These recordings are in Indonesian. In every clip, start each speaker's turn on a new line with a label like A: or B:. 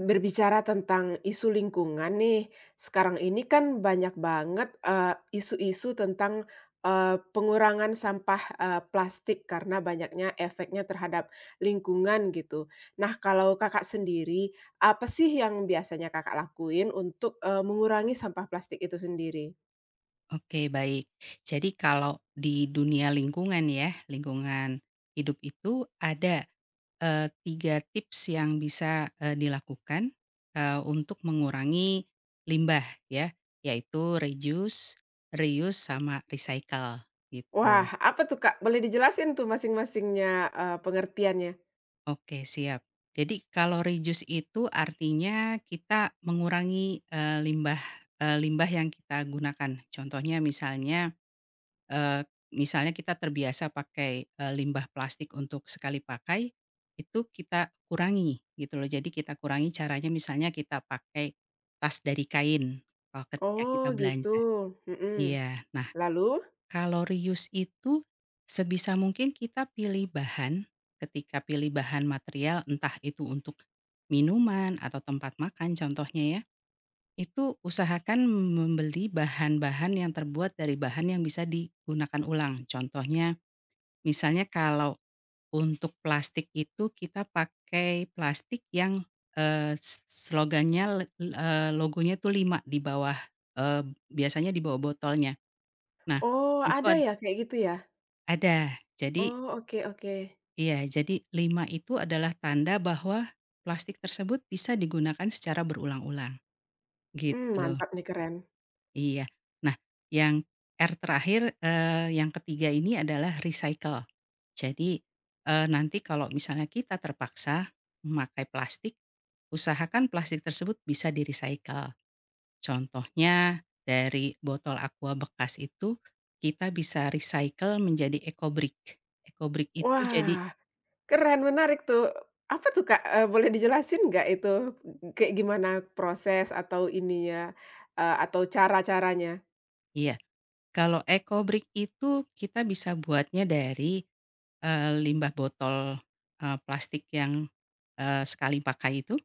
A: Berbicara tentang isu lingkungan nih, sekarang ini kan banyak banget, isu-isu tentang, pengurangan sampah, plastik karena banyaknya efeknya terhadap lingkungan gitu. Nah, kalau Kakak sendiri, apa sih yang biasanya Kakak lakuin untuk, mengurangi sampah plastik itu sendiri?
B: Oke, baik. Jadi kalau di dunia lingkungan ya, lingkungan hidup itu ada, 3 tips yang bisa, dilakukan, untuk mengurangi limbah ya, yaitu reduce, reuse, sama recycle
A: Wah,
B: gitu.
A: apa tuh, Kak? Boleh dijelasin tuh masing-masingnya, pengertiannya?
B: Oke, siap. Jadi kalau reduce itu artinya kita mengurangi, limbah yang kita gunakan. Contohnya misalnya kita terbiasa pakai, limbah plastik untuk sekali pakai, itu kita kurangi gitu loh. Jadi kita kurangi caranya misalnya kita pakai tas dari kain, kalau ketika kita
A: Oh gitu,
B: belanja.
A: mhm.
B: Iya. Nah,
A: Lalu?
B: kalau reuse itu sebisa mungkin kita pilih bahan, ketika pilih bahan material entah itu untuk minuman atau tempat makan contohnya ya, itu usahakan membeli bahan-bahan yang terbuat dari bahan yang bisa digunakan ulang. Contohnya misalnya kalau untuk plastik itu kita pakai plastik yang, eee, s slogannya le eee, logonya tuh 5 di bawah, eee, biasanya di bawah botolnya. Nah,
A: Oh,
B: itu
A: ada ya kayak gitu ya?
B: ada. Jadi
A: Oh, oke oke.
B: iya, jadi 5 itu adalah tanda bahwa plastik tersebut bisa digunakan secara berulang-ulang,
A: Mmm,
B: gitu.
A: mantap nih, keren.
B: Iya. Nah, yang R terakhir, yang ketiga ini adalah recycle. Jadi, nanti kalau misalnya kita terpaksa memakai plastik, usahakan plastik tersebut bisa di-recycle. Contohnya dari botol Aqua bekas itu kita bisa recycle menjadi EcoBrick. EcoBrick itu jadi
A: Wah, keren, menarik tuh. Apa tuh, Kak, boleh dijelasin nggak itu, kayak gimana proses atau ininya, atau cara-caranya?
B: Iya, kalau EcoBrick itu kita bisa buatnya dari, limbah botol, plastik yang, sekali pakai itu.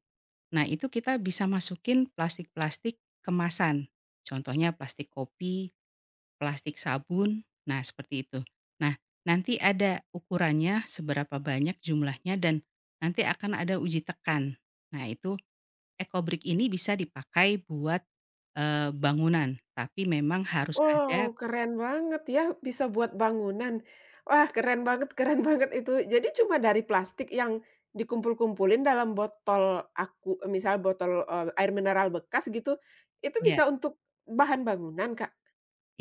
B: Nah, itu kita bisa masukin plastik-plastik kemasan. Contohnya plastik kopi, plastik sabun, nah seperti itu. Nah, nanti ada ukurannya seberapa banyak jumlahnya dan nanti akan ada uji tekan. Nah, itu ekobrik ini bisa dipakai buat, bangunan, tapi memang harus
A: Wow,
B: ada.
A: keren banget ya, bisa buat bangunan. Wah, keren banget keren banget itu. Jadi cuma dari plastik yang dikumpul-kumpulin dalam botol aku misal botol, air mineral bekas gitu, itu
B: Ya,
A: bisa untuk bahan bangunan, Kak?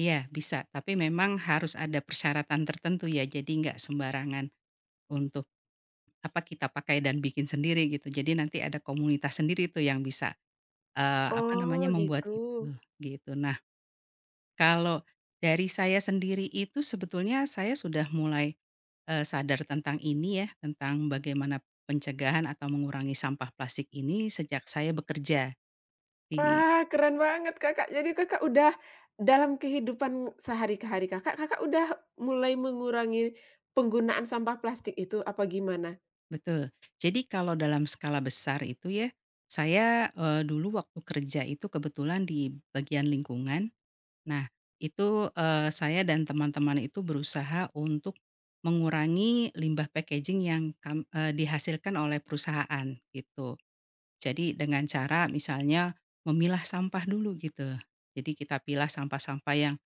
B: iya bisa, tapi memang harus ada persyaratan tertentu ya, jadi nggak sembarangan untuk apa kita pakai dan bikin sendiri gitu. Jadi nanti ada komunitas sendiri tuh yang bisa, apa
A: Oh,
B: namanya, membuat
A: gitu.
B: itu, gitu. Nah, kalau dari saya sendiri itu sebetulnya saya sudah mulai, sadar tentang ini ya, tentang bagaimana pencegahan atau mengurangi sampah plastik ini sejak saya bekerja di.
A: Wah, keren banget Kakak. Jadi Kakak udah dalam kehidupan sehari-hari Kakak, Kakak udah mulai mengurangi penggunaan sampah plastik itu apa gimana?
B: Betul. Jadi kalau dalam skala besar itu ya, saya, dulu waktu kerja itu kebetulan di bagian lingkungan. Nah, itu, saya dan teman-teman itu berusaha untuk mengurangi limbah packaging yang dihasilkan oleh perusahaan, gitu. Jadi dengan cara misalnya memilah sampah dulu gitu. Jadi kita pilah sampah-sampah yang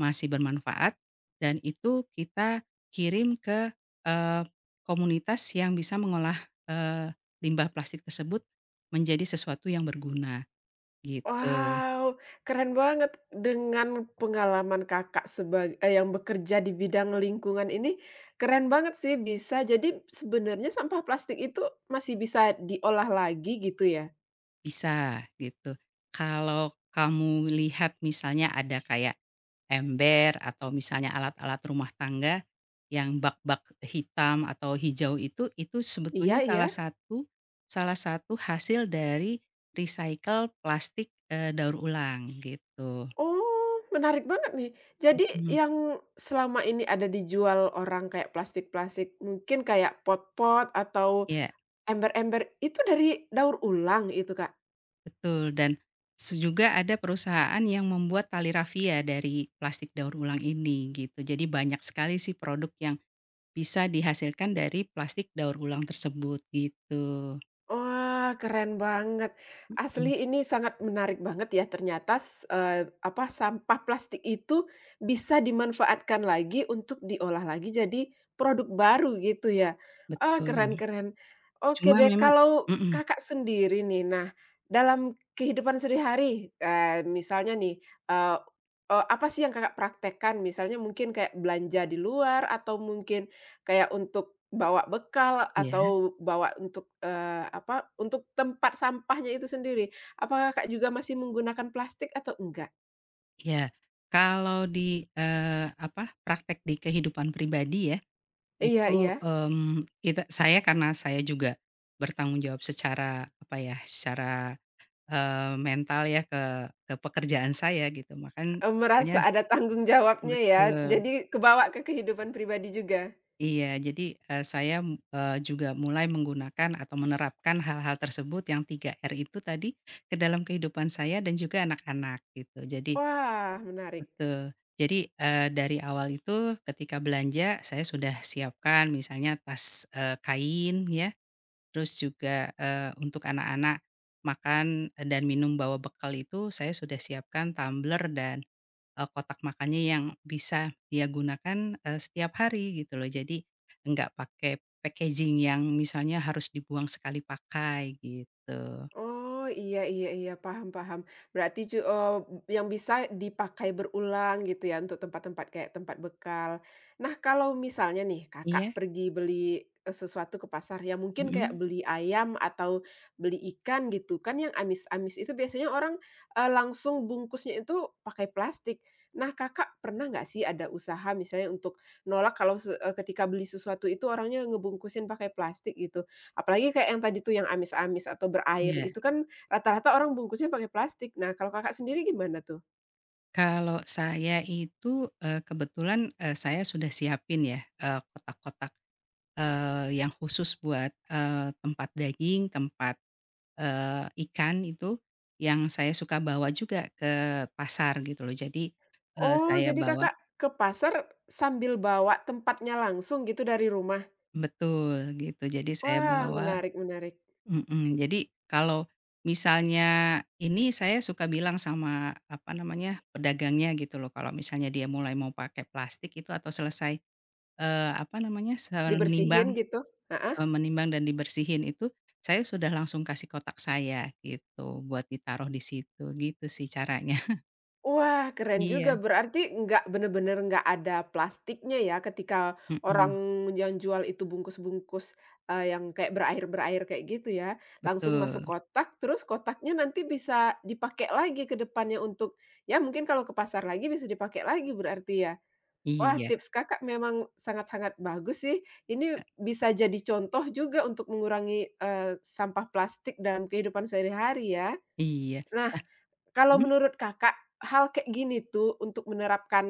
B: masih bermanfaat dan itu kita kirim ke, eee, komunitas yang bisa mengolah, eee, limbah plastik tersebut menjadi sesuatu yang berguna, gitu.
A: Wow, keren banget dengan pengalaman Kakak sebagai yang bekerja di bidang lingkungan ini, keren banget sih bisa jadi sebenarnya sampah plastik itu masih bisa diolah lagi gitu ya?
B: Bisa, gitu. Kalau kamu lihat misalnya ada kayak ember atau misalnya alat-alat rumah tangga yang bak-bak hitam atau hijau itu sebetulnya
A: Iya
B: salah
A: iya.
B: satu hasil dari recycle plastik, daur ulang gitu.
A: Oh, menarik banget nih. Jadi
B: Mhm,
A: yang selama ini ada dijual orang kayak plastik-plastik, mungkin kayak pot-pot atau
B: iya,
A: ember-ember, itu dari daur ulang itu, Kak?
B: betul dan juga ada perusahaan yang membuat tali rafia dari plastik daur ulang ini gitu. Jadi banyak sekali sih produk yang bisa dihasilkan dari plastik daur ulang tersebut gitu.
A: Wah, keren banget.
B: Mhm,
A: Asli ini sangat menarik banget ya ternyata apa, sampah plastik itu bisa dimanfaatkan lagi untuk diolah lagi jadi produk baru gitu ya. Ah, keren
B: betul.
A: keren. Oke
B: Cuma
A: deh,
B: memang,
A: kalau
B: mhm,
A: Kakak sendiri nih, nah dalam kehidupan sehari-hari, misalnya nih, eee eee, apa sih yang Kakak praktekkan? Misalnya mungkin kayak belanja di luar atau mungkin kayak untuk bawa bekal
B: iya,
A: atau bawa untuk, apa, untuk tempat sampahnya itu sendiri. Apakah Kakak juga masih menggunakan plastik atau enggak?
B: iya. Kalau di, apa, praktek di kehidupan pribadi ya, itu,
A: Iya iya,
B: mmm, kita saya karena saya juga bertanggung jawab secara, apa ya, secara, mental ya ke pekerjaan saya gitu, pokoknya
A: merasa ada tanggung jawabnya ya,
B: betul.
A: jadi kebawa ke kehidupan pribadi juga?
B: Iya, jadi, saya, juga mulai menggunakan atau menerapkan hal-hal tersebut yang tiga r itu tadi ke dalam kehidupan saya dan juga anak-anak gitu. Jadi,
A: Wah, menarik.
B: betul. Jadi, dari awal itu ketika belanja saya sudah siapkan misalnya tas, kain ya, terus juga, untuk anak-anak makan dan minum bawa bekal itu saya sudah siapkan tumbler dan kotak makannya yang bisa dia gunakan, setiap hari gitu loh. Jadi nggak pakai packaging yang misalnya harus dibuang sekali pakai gitu.
A: Oh, iya iya iya, paham paham. Berarti yang bisa dipakai berulang gitu ya, untuk tempat-tempat kayak tempat bekal. Nah, kalau misalnya nih Kakak
B: Iya,
A: pergi beli, sesuatu ke pasar ya mungkin kayak
B: mhm,
A: beli ayam atau beli ikan gitu kan, yang amis-amis itu biasanya orang, langsung bungkusnya itu pakai plastik. Nah, Kakak pernah nggak sih ada usaha misalnya untuk nolak kalau ketika beli sesuatu itu orangnya ngebungkusin pakai plastik gitu? Apalagi kayak yang tadi tuh yang amis-amis atau berair
B: iya.
A: itu kan rata-rata orang bungkusnya pakai plastik. Nah, kalau Kakak sendiri gimana tuh?
B: Kalau saya itu, kebetulan, saya sudah siapin ya, kotak-kotak, yang khusus buat, tempat daging, tempat, ikan itu yang saya suka bawa juga ke pasar gitu loh. Jadi,
A: Oh,
B: saya
A: jadi
B: bawa.
A: Kakak ke pasar sambil bawa tempatnya langsung gitu dari rumah?
B: Betul, gitu. Jadi saya
A: Wah,
B: bawa,
A: menarik menarik.
B: mhm, jadi kalau misalnya ini saya suka bilang sama, apa namanya, pedagangnya gitu loh, kalau misalnya dia mulai mau pakai plastik itu atau selesai, apa namanya,
A: Dibersihin gitu? Heeh.
B: menimbang dan dibersihin itu, saya sudah langsung kasih kotak saya gitu, buat ditaruh di situ, gitu sih caranya.
A: Wah, keren
B: Iya,
A: juga. Berarti nggak bener-bener nggak ada plastiknya ya ketika orang
B: mhm,
A: yang jual itu bungkus-bungkus, yang kayak berair-berair kayak gitu ya, langsung masuk
B: betul.
A: kotak, terus kotaknya nanti bisa dipakai lagi ke depannya untuk ya mungkin kalau ke pasar lagi bisa dipakai lagi berarti ya? Wah,
B: Iya,
A: tips Kakak memang sangat-sangat bagus sih. Ini bisa jadi contoh juga untuk mengurangi, sampah plastik dalam kehidupan sehari-hari ya.
B: iya.
A: Nah,
B: Nah,
A: kalau
B: mhm,
A: menurut Kakak, hal kayak gini tuh untuk menerapkan,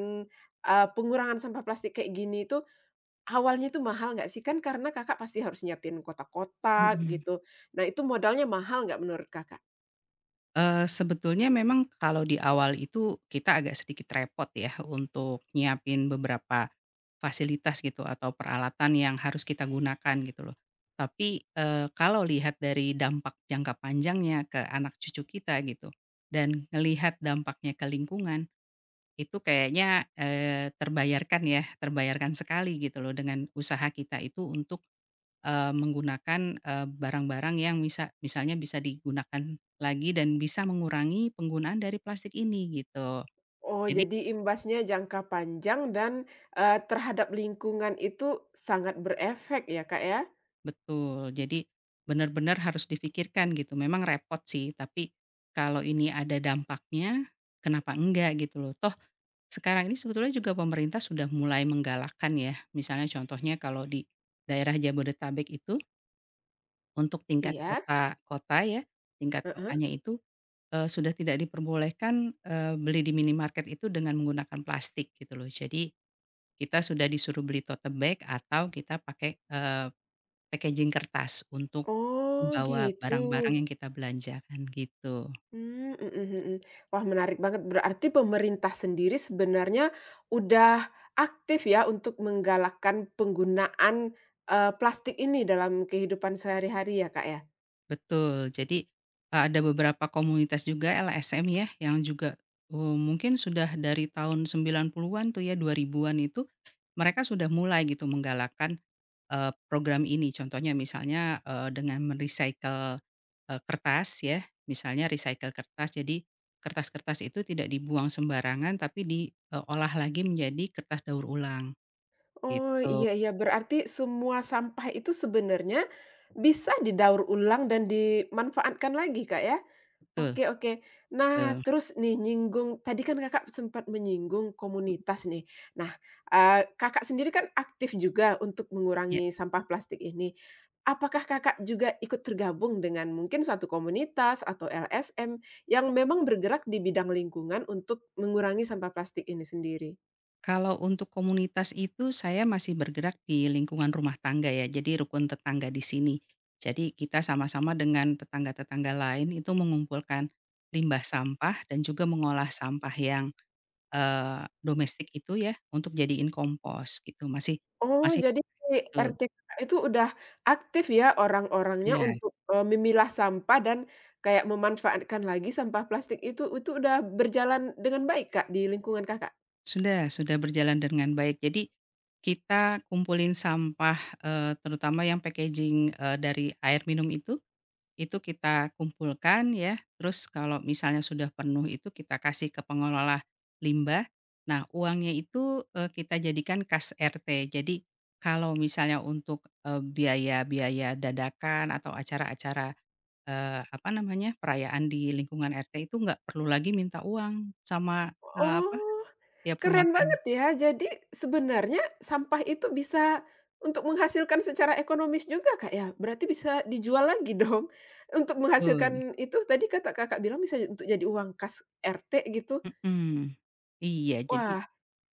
A: pengurangan sampah plastik kayak gini tuh, awalnya tuh mahal nggak sih? Kan karena Kakak pasti harus nyiapin kotak-kotak
B: mhm.
A: gitu. Nah, itu modalnya mahal nggak menurut Kakak?
B: Sebetulnya memang kalau di awal itu kita agak sedikit repot ya untuk nyiapin beberapa fasilitas gitu atau peralatan yang harus kita gunakan gitu loh. Tapi, kalau lihat dari dampak jangka panjangnya ke anak cucu kita gitu dan ngelihat dampaknya ke lingkungan, itu kayaknya, terbayarkan ya, terbayarkan sekali gitu loh dengan usaha kita itu untuk menggunakan, barang-barang yang misalnya bisa digunakan lagi dan bisa mengurangi penggunaan dari plastik ini gitu.
A: Oh,
B: Jadi
A: jadi imbasnya jangka panjang dan, terhadap lingkungan itu sangat berefek ya, Kak, ya?
B: betul, jadi benar-benar harus dipikirkan gitu. Memang repot sih, tapi kalau ini ada dampaknya, kenapa enggak gitu loh. Toh sekarang ini sebetulnya juga pemerintah sudah mulai menggalakkan ya, misalnya contohnya kalau di daerah Jabodetabek itu untuk tingkat
A: Iya?
B: kota kota ya, tingkat
A: Heeh.
B: kotanya itu sudah tidak diperbolehkan, beli di minimarket itu dengan menggunakan plastik gitu loh. Jadi kita sudah disuruh beli tote bag atau kita pakai, packaging kertas untuk
A: Oh,
B: membawa
A: gitu.
B: barang-barang yang kita belanjakan gitu.
A: Mmm, mhm mhm. Wah, menarik banget. Berarti pemerintah sendiri sebenarnya udah aktif ya untuk menggalakkan penggunaan, plastik ini dalam kehidupan sehari-hari ya, Kak, ya?
B: Betul. Jadi, ada beberapa komunitas juga LSM ya yang juga, mungkin sudah dari tahun 90-an tuh ya, 2000-an itu mereka sudah mulai gitu menggalakkan, program ini. Contohnya misalnya, eee, dengan me Eee, kertas ya, misalnya recycle kertas. Jadi kertas-kertas itu tidak dibuang sembarangan tapi diolah lagi menjadi kertas daur ulang,
A: Oh,
B: gitu.
A: iya iya, berarti semua sampah itu sebenarnya bisa didaur ulang dan dimanfaatkan lagi, Kak, ya?
B: Betul,
A: Oke oke. Nah,
B: betul.
A: terus nih nyinggung tadi kan Kakak sempat menyinggung komunitas nih. Nah, Kakak sendiri kan aktif juga untuk
B: Ya.
A: mengurangi sampah plastik ini. Apakah Kakak juga ikut tergabung dengan mungkin suatu komunitas atau LSM yang memang bergerak di bidang lingkungan untuk mengurangi sampah plastik ini sendiri?
B: Kalau untuk komunitas itu saya masih bergerak di lingkungan rumah tangga ya, jadi rukun tetangga di sini. Jadi kita sama-sama dengan tetangga-tetangga lain itu mengumpulkan limbah sampah dan juga mengolah sampah yang, domestik itu ya, untuk jadiin kompos gitu, masih
A: Oh,
B: masih
A: jadi si
B: itu,
A: RT Kakak itu udah aktif ya orang-orangnya
B: iya.
A: untuk, memilah sampah dan kayak memanfaatkan lagi sampah plastik itu udah berjalan dengan baik, Kak, di lingkungan Kakak?
B: Sudah berjalan dengan baik. Jadi, kita kumpulin sampah, terutama yang packaging, dari air minum itu kita kumpulkan ya, terus kalau misalnya sudah penuh itu kita kasih ke pengelola limbah. Nah, uangnya itu, kita jadikan kas RT. Jadi, kalau misalnya untuk, biaya-biaya dadakan atau acara-acara, apa namanya, perayaan di lingkungan RT itu nggak perlu lagi minta uang sama, eee, apa,
A: Oh,
B: tiap rumah
A: keren
B: tangga.
A: banget ya. Jadi sebenarnya sampah itu bisa untuk menghasilkan secara ekonomis juga, Kak, ya? Berarti bisa dijual lagi dong? Untuk
B: Betul.
A: menghasilkan itu tadi kata Kakak bilang bisa untuk jadi uang kas RT gitu?
B: Mhm. Iya, jadi
A: Wah.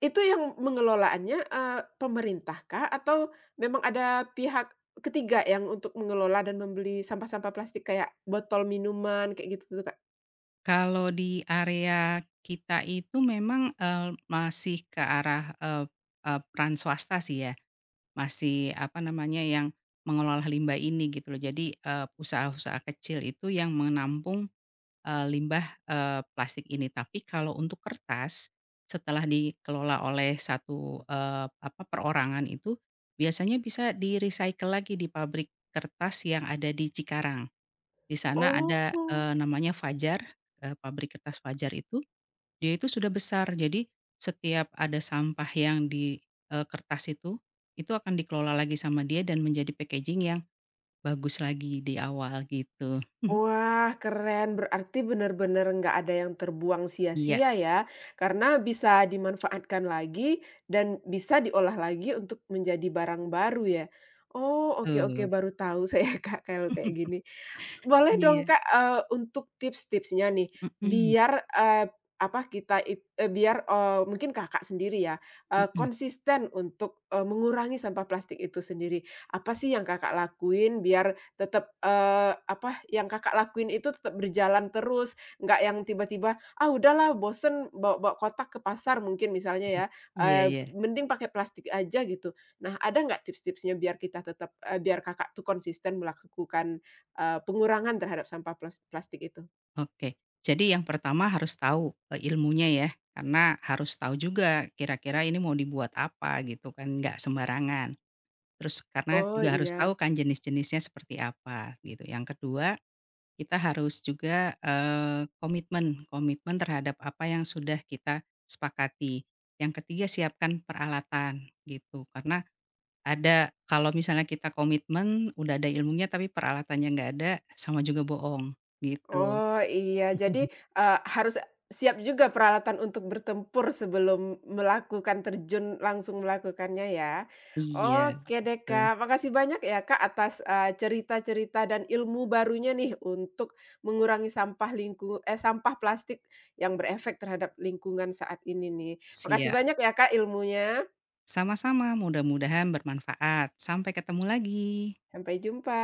A: Itu yang mengelolaannya, pemerintahkah atau memang ada pihak ketiga yang untuk mengelola dan membeli sampah-sampah plastik kayak botol minuman kayak gitu tuh, Kak?
B: kalau di area kita itu memang, masih ke arah, eee eee, peran swasta sih ya, masih apa namanya, yang mengelola limbah ini gitu loh. Jadi, usaha-usaha kecil itu yang menampung, limbah, plastik ini. Tapi kalau untuk kertas, setelah dikelola oleh satu, apa, perorangan itu, biasanya bisa di-recycle lagi di pabrik kertas yang ada di Cikarang. Di sana ada,
A: Oh.
B: namanya Fajar, pabrik kertas Fajar itu, dia itu sudah besar. Jadi setiap ada sampah yang di, kertas itu akan dikelola lagi sama dia dan menjadi packaging yang bagus lagi di awal gitu.
A: Wah, keren. Berarti benar-benar nggak ada yang terbuang
B: Iya,
A: sia-sia ya, karena bisa dimanfaatkan lagi dan bisa diolah lagi untuk menjadi barang baru ya? Oh, oke oke,
B: betul.
A: baru tahu saya, Kak, kalau kayak gini. Boleh dong
B: Iya,
A: Kak, untuk tips-tipsnya nih,
B: mhm,
A: biar, apa kita biar, mungkin Kakak sendiri ya,
B: mhm,
A: konsisten untuk, mengurangi sampah plastik itu sendiri. Apa sih yang Kakak lakuin biar tetap, apa, yang Kakak lakuin itu tetap berjalan terus, nggak yang tiba-tiba, "Ah udahlah bosen bawa-bawa kotak ke pasar," mungkin misalnya
B: mhm.
A: ya,
B: Iya, iya,
A: "mending pakai plastik aja," gitu. Nah, ada nggak tips-tipsnya biar kita tetap biar Kakak tuh konsisten melakukan eee, pengurangan terhadap sampah plastik itu.
B: oke. Jadi yang pertama harus tahu, ilmunya ya, karena harus tahu juga kira-kira ini mau dibuat apa gitu kan, nggak sembarangan. Terus karena
A: Oh
B: juga harus
A: iya,
B: tahu kan jenis-jenisnya seperti apa gitu. Yang kedua, kita harus juga, komitmen komitmen terhadap apa yang sudah kita sepakati. Yang ketiga, siapkan peralatan gitu. Karena ada kalau misalnya kita komitmen udah ada ilmunya tapi peralatannya nggak ada, sama juga bohong gitu.
A: oh iya jadi, harus siap juga peralatan untuk bertempur sebelum melakukan terjun langsung melakukannya ya.
B: Iya,
A: Oke deh
B: begitu.
A: Kak, makasih banyak ya Kak atas, cerita-cerita dan ilmu barunya nih untuk mengurangi sampah sampah plastik yang berefek terhadap lingkungan saat ini nih. Makasih
B: Siap,
A: banyak ya Kak ilmunya,
B: sama-sama, mudah-mudahan bermanfaat. Sampai ketemu lagi.
A: sampai jumpa.